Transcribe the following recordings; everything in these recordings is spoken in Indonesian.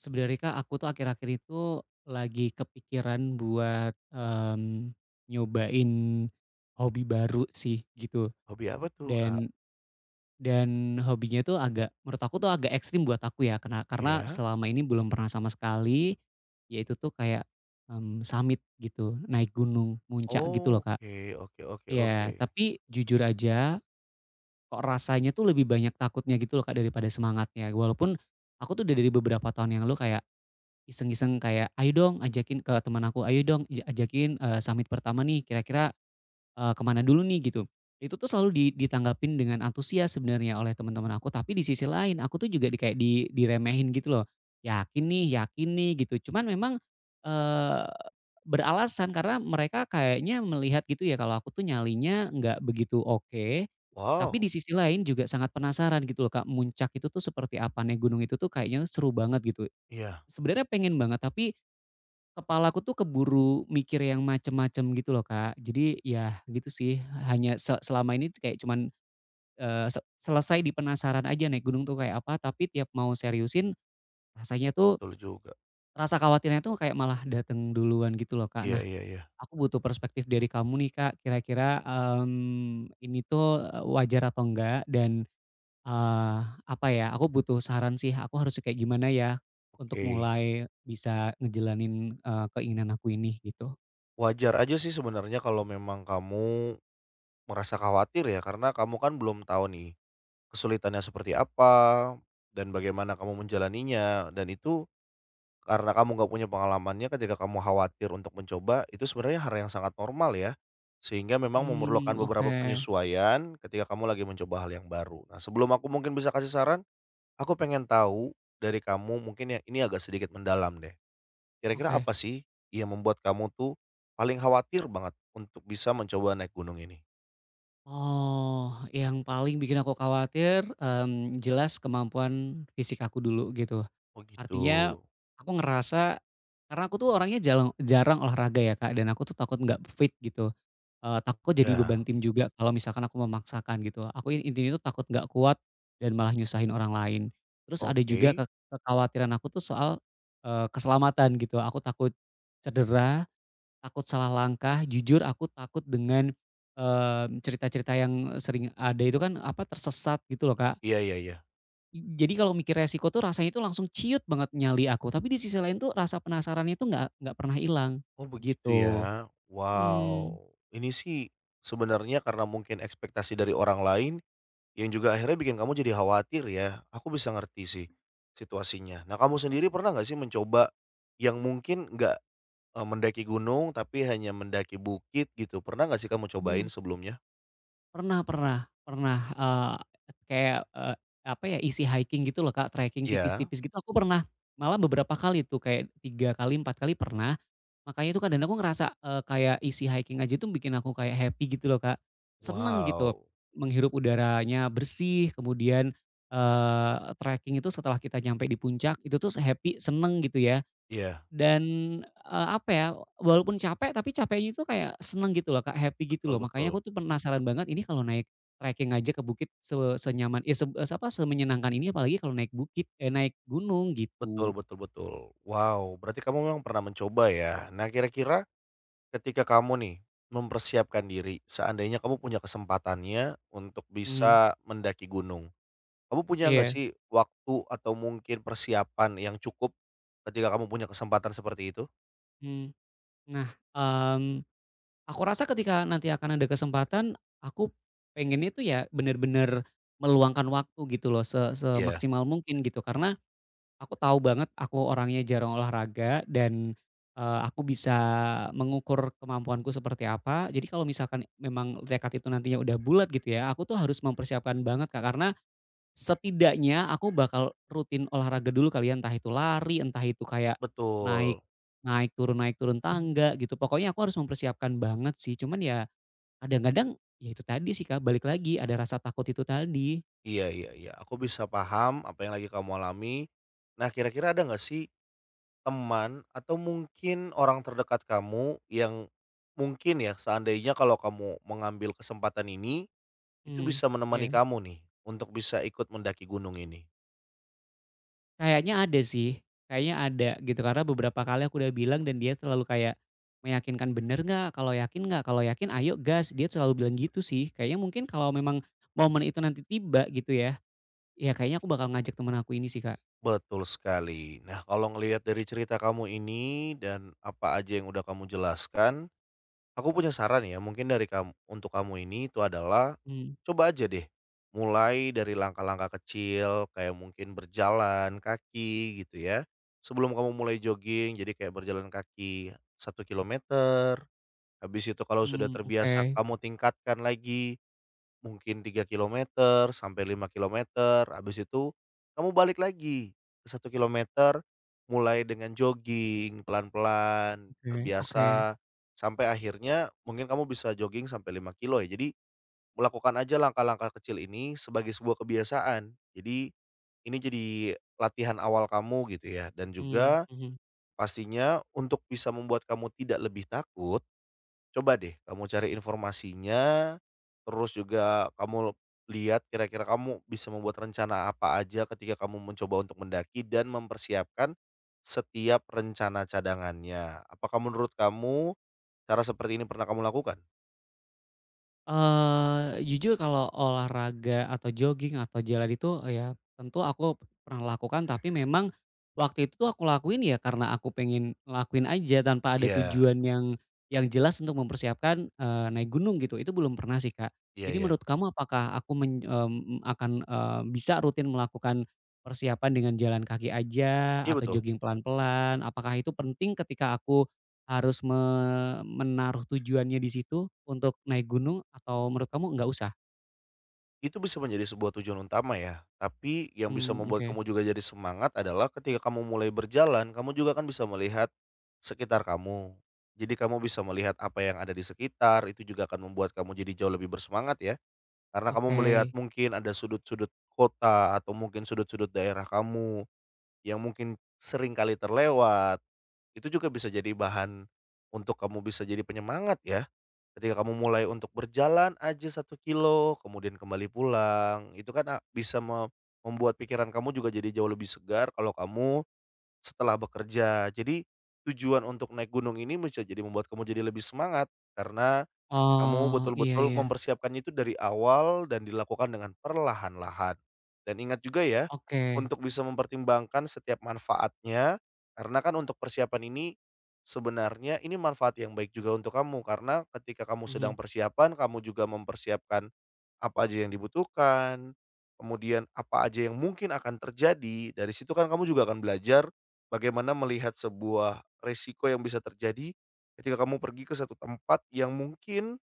Sebenarnya Kak, aku tuh akhir-akhir itu lagi kepikiran buat, nyobain hobi baru sih gitu Hobi apa tuh, Kak? dan dan hobinya tuh agak menurut aku tuh agak ekstrim buat aku ya karena Oh karena ya? selama ini belum pernah sama sekali, yaitu tuh kayak, summit gitu, naik gunung, muncak gitu loh Kak. Oke oke oke Ya, oke. tapi jujur aja kok rasanya tuh lebih banyak takutnya gitu loh Kak daripada semangatnya. Walaupun aku tuh udah dari beberapa tahun yang lalu kayak iseng-iseng kayak, "Ayo dong," ajakin ke teman aku, "Ayo dong ajakin, summit pertama nih kira-kira, ke dulu nih?" Gitu. Itu tuh selalu ditanggapin dengan antusias sebenarnya oleh teman-teman aku, tapi di sisi lain aku tuh juga di kayak diremehin gitu loh. Yakin nih," gitu. Cuman memang, eee, beralasan karena mereka kayaknya melihat gitu ya kalau aku tuh nyalinya nggak begitu oke, tapi di Wow, sisi lain juga sangat penasaran gitu loh Kak, muncak itu tuh seperti apa nih gunung itu tuh kayaknya seru banget gitu. iya, Sebenarnya pengen banget, tapi kepalaku tuh keburu mikir yang macem-macem gitu loh, Kak. Jadi ya gitu sih, hanya selama ini tuh kayak cuman, selesai di penasaran aja naik gunung tuh kayak apa, tapi tiap mau seriusin rasanya tuh betul juga. rasa khawatirnya tuh kayak malah dateng duluan gitu loh, Kak. Nah, Iya iya iya, aku butuh perspektif dari kamu nih, Kak, kira-kira, ini tuh, wajar atau enggak dan apa ya, aku butuh saran sih, aku harus kayak gimana ya, untuk oke. mulai bisa ngejalanin, keinginan aku ini, gitu. Wajar aja sih sebenarnya kalau memang kamu merasa khawatir ya, karena kamu kan belum tahu nih kesulitannya seperti apa, dan bagaimana kamu menjalaninya, dan itu karena kamu nggak punya pengalamannya ketika kamu khawatir untuk mencoba, itu sebenarnya hal yang sangat normal ya. Sehingga memang memerlukan Hmm, oke beberapa penyesuaian ketika kamu lagi mencoba hal yang baru. Nah, sebelum aku mungkin bisa kasih saran, aku pengen tahu dari kamu mungkin ya, ini agak sedikit mendalam deh. Kira-kira oke. apa sih yang membuat kamu tuh paling khawatir banget untuk bisa mencoba naik gunung ini? Oh, yang paling bikin aku khawatir, jelas kemampuan fisik aku dulu, gitu. Oh gitu. Artinya aku ngerasa karena aku tuh orangnya jarang olahraga ya, Kak, dan aku tuh takut nggak fit gitu, takut jadi beban Ya, tim juga kalau misalkan aku memaksakan gitu. Aku intinya tuh takut nggak kuat dan malah nyusahin orang lain. Terus ada juga oke. kekhawatiran aku tuh soal, keselamatan gitu. Aku takut cedera, takut salah langkah, jujur aku takut dengan, cerita-cerita yang sering ada itu kan, apa, tersesat gitu loh, Kak. Iya iya iya. Jadi kalau mikir resiko tuh rasanya itu langsung ciut banget nyali aku, tapi di sisi lain tuh rasa penasarannya tuh nggak pernah hilang, Oh begitu gitu. ya. Mmm, Wow. Ini sih sebenarnya karena mungkin ekspektasi dari orang lain yang juga akhirnya bikin kamu jadi khawatir ya. Aku bisa ngerti sih situasinya. Nah, kamu sendiri pernah nggak sih mencoba yang mungkin nggak, mendaki gunung tapi hanya mendaki bukit gitu, pernah nggak sih kamu cobain Mhm. sebelumnya? pernah pernah pernah, kayak, apa ya, isi hiking gitu loh Kak, trekking Iya? tipis-tipis gitu aku pernah, malah beberapa kali tuh kayak 3 kali, 4 kali pernah. Makanya itu kadang aku ngerasa, kayak isi hiking aja tuh bikin aku kayak happy gitu loh, Kak. Seneng gitu, Wow. menghirup udaranya bersih, kemudian, trekking itu setelah kita nyampe di puncak, itu tuh happy, seneng gitu ya. Iya, Dan, apa ya, walaupun capek, tapi capeknya itu kayak seneng gitu loh, Kak, happy gitu betul loh. Makanya betul. aku tuh penasaran banget ini kalau naik trekking aja ke bukit senyaman ya se se- apa, semenyenangkan ini apalagi kalau naik bukit eh, naik gunung gitu. Betul betul betul. Wow, berarti kamu memang pernah mencoba ya. Nah, kira-kira ketika kamu nih mempersiapkan diri, seandainya kamu punya kesempatannya untuk Mhm, bisa mendaki gunung, kamu punya nggak iya, sih waktu atau mungkin persiapan yang cukup ketika kamu punya kesempatan seperti itu? mmm. Nah, mmm aku rasa ketika nanti akan ada kesempatan, aku pengennya itu ya bener-bener meluangkan waktu gitu loh se Iya, semaksimal mungkin gitu. Karena aku tahu banget aku orangnya jarang olahraga dan, aku bisa mengukur kemampuanku seperti apa. Jadi kalau misalkan memang tekad itu nantinya udah bulat gitu ya, aku tuh harus mempersiapkan banget Kak, karena setidaknya aku bakal rutin olahraga dulu kali ya, entah itu lari, entah itu kayak naik betul. Naik turun tangga gitu, pokoknya aku harus mempersiapkan banget sih, cuman ya kadang-kadang ya itu tadi sih Kak, balik lagi ada rasa takut itu tadi. Iya iya iya, aku bisa paham apa yang lagi kamu alami. Nah, kira-kira ada nggak sih teman atau mungkin orang terdekat kamu yang mungkin ya seandainya kalau kamu mengambil kesempatan ini, itu Hmm, bisa menemani ya. kamu nih untuk bisa ikut mendaki gunung ini? Kayaknya ada sih, kayaknya ada gitu, karena beberapa kali aku udah bilang dan dia selalu kayak meyakinkan, "Bener nggak? Kalau yakin nggak? Kalau yakin ayo gas." Dia selalu bilang gitu sih, kayaknya mungkin kalau memang momen itu nanti tiba gitu ya, ya kayaknya aku bakal ngajak temen aku ini sih Kak. Betul sekali. Nah, kalau ngelihat dari cerita kamu ini dan apa aja yang udah kamu jelaskan, aku punya saran ya, mungkin dari kamu untuk kamu ini itu adalah, Mmm, coba aja deh mulai dari langkah-langkah kecil, kayak mungkin berjalan kaki gitu ya. Sebelum kamu mulai jogging, jadi kayak berjalan kaki 1 kilometer, habis itu kalau sudah oke terbiasa kamu tingkatkan lagi. Mungkin 3 kilometer sampai 5 kilometer, habis itu kamu balik lagi ke 1 kilometer, mulai dengan jogging pelan-pelan, oke oke, terbiasa, sampai akhirnya mungkin kamu bisa jogging sampai 5 kilo ya. Jadi melakukan aja langkah-langkah kecil ini sebagai sebuah kebiasaan. Jadi ini jadi latihan awal kamu gitu ya, dan juga mhm. pastinya untuk bisa membuat kamu tidak lebih takut. Coba deh kamu cari informasinya, terus juga kamu lihat kira-kira kamu bisa membuat rencana apa aja ketika kamu mencoba untuk mendaki dan mempersiapkan setiap rencana cadangannya. Apakah menurut kamu cara seperti ini pernah kamu lakukan? Jujur kalau olahraga atau jogging atau jalan itu, ya tentu aku pernah lakukan tapi memang waktu itu tuh aku lakuin ya karena aku pengen ngelakuin aja tanpa ada Iya, tujuan yang jelas untuk mempersiapkan, naik gunung gitu, itu belum pernah sih, Kak. iya Jadi iya. menurut kamu apakah aku akan bisa rutin melakukan persiapan dengan jalan kaki aja Iya atau betul. jogging pelan-pelan? Apakah itu penting ketika aku harus menaruh tujuannya di situ untuk naik gunung atau menurut kamu nggak usah? Itu bisa menjadi sebuah tujuan utama ya, tapi yang bisa membuat Oke kamu juga jadi semangat adalah ketika kamu mulai berjalan, kamu juga kan bisa melihat sekitar kamu. Jadi kamu bisa melihat apa yang ada di sekitar, itu juga akan membuat kamu jadi jauh lebih bersemangat ya. Karena kamu melihat oke. mungkin ada sudut-sudut kota atau mungkin sudut-sudut daerah kamu yang mungkin sering kali terlewat, itu juga bisa jadi bahan untuk kamu bisa jadi penyemangat ya. Ketika kamu mulai untuk berjalan aja 1 kilo kemudian kembali pulang, itu kan bisa membuat pikiran kamu juga jadi jauh lebih segar kalau kamu setelah bekerja. Jadi tujuan untuk naik gunung ini bisa jadi membuat kamu jadi lebih semangat karena kamu Oh, iya betul-betul iya. mempersiapkannya itu dari awal dan dilakukan dengan perlahan-lahan. Dan ingat juga ya, Oke. untuk bisa mempertimbangkan setiap manfaatnya, karena kan untuk persiapan ini, sebenarnya ini manfaat yang baik juga untuk kamu. Karena ketika kamu Mhm. sedang persiapan, kamu juga mempersiapkan apa aja yang dibutuhkan, kemudian apa aja yang mungkin akan terjadi. Dari situ kan kamu juga akan belajar bagaimana melihat sebuah resiko yang bisa terjadi ketika kamu pergi ke satu tempat yang mungkin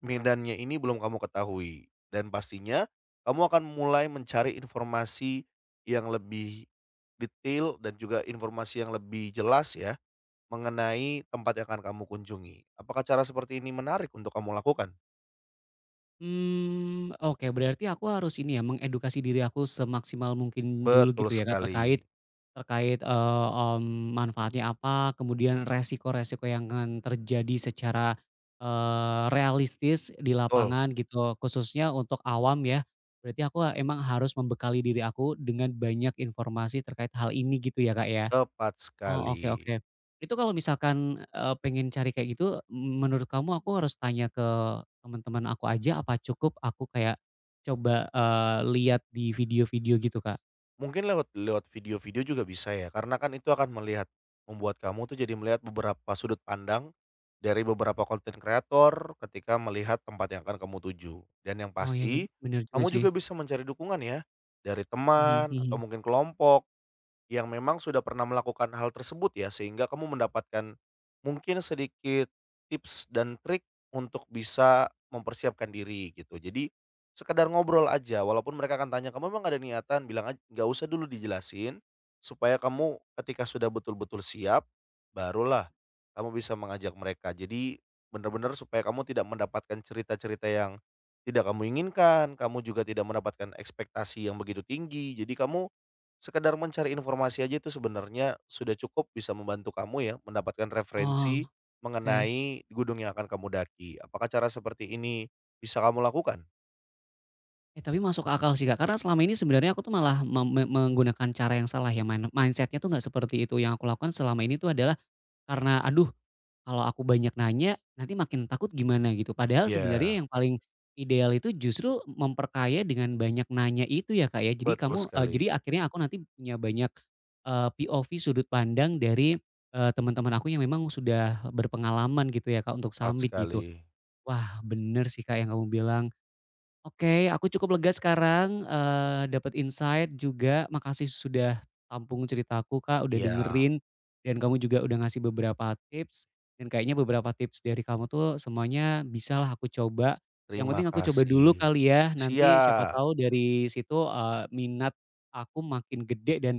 medannya ini belum kamu ketahui, dan pastinya kamu akan mulai mencari informasi yang lebih detail dan juga informasi yang lebih jelas ya mengenai tempat yang akan kamu kunjungi. Apakah cara seperti ini menarik untuk kamu lakukan? Oke berarti aku harus ini ya, mengedukasi diri aku semaksimal mungkin dulu Betul gitu ya Kak, sekali, terkait Terkait, manfaatnya apa, kemudian resiko-resiko yang akan terjadi secara, realistis di betul, lapangan gitu, khususnya untuk awam ya. Berarti aku emang harus membekali diri aku dengan banyak informasi terkait hal ini gitu ya, Kak, ya? tepat Oh, oke sekali. oke. Itu kalau misalkan, pengen cari kayak gitu, menurut kamu aku harus tanya ke teman-teman aku aja apa cukup aku kayak coba, lihat di video-video gitu, Kak? Mungkin lewat lewat video-video juga bisa ya, karena kan itu akan melihat membuat kamu tuh jadi melihat beberapa sudut pandang dari beberapa konten kreator ketika melihat tempat yang akan kamu tuju. Dan yang Oh ya, ben pasti, bener juga kamu sih. juga bisa mencari dukungan ya, dari teman atau mungkin kelompok yang memang sudah pernah melakukan hal tersebut ya, sehingga kamu mendapatkan mungkin sedikit tips dan trik untuk bisa mempersiapkan diri gitu. Jadi sekedar ngobrol aja walaupun mereka akan tanya, "Kamu emang ada niatan?" Bilang nggak usah dulu dijelasin, supaya kamu ketika sudah betul-betul siap, barulah kamu bisa mengajak mereka. Jadi benar-benar supaya kamu tidak mendapatkan cerita-cerita yang tidak kamu inginkan, kamu juga tidak mendapatkan ekspektasi yang begitu tinggi. Jadi kamu sekedar mencari informasi aja itu sebenarnya sudah cukup bisa membantu kamu ya mendapatkan Oh, referensi oke. mengenai gunung yang akan kamu daki. Apakah cara seperti ini bisa kamu lakukan? Eh, tapi masuk akal sih, Kak, karena selama ini sebenarnya aku tuh malah mem me menggunakan cara yang salah ya, main mindset tuh nggak seperti itu. Yang aku lakukan selama ini tuh adalah karena, aduh, kalau aku banyak nanya nanti makin takut gimana gitu. Padahal Ya, sebenarnya yang paling ideal itu justru memperkaya dengan banyak nanya itu ya, Kak, ya. Jadi betul kamu sekali, jadi akhirnya aku nanti punya banyak, POV sudut pandang dari, teman-teman aku yang memang sudah berpengalaman gitu ya, Kak, untuk tepat summit gitu. sekali. Wah, bener sih, Kak, yang kamu bilang. Oke, aku cukup lega sekarang, dapat insight juga. Makasih sudah tampung ceritaku, Kak, udah Iya, dengerin, dan kamu juga udah ngasih beberapa tips, dan kayaknya beberapa tips dari kamu tuh semuanya bisalah aku coba. Yang terima penting aku coba dulu kasih. kali ya, nanti siapa Siap. tahu dari situ, minat aku makin gede dan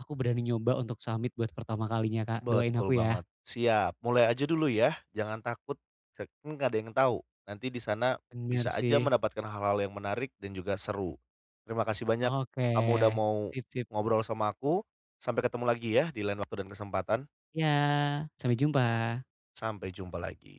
aku berani nyoba untuk summit buat pertama kalinya, Kak. Doain Betul aku ya. banget. Siap, mulai aja dulu ya, jangan takut, kan nggak ada yang tahu, nanti di sana Bener bisa aja sih. mendapatkan hal-hal yang menarik dan juga seru. Terima kasih banyak Oke, kamu udah mau sip sip. ngobrol sama aku, sampai ketemu lagi ya di lain waktu dan kesempatan, Ya, sampai jumpa. sampai jumpa lagi.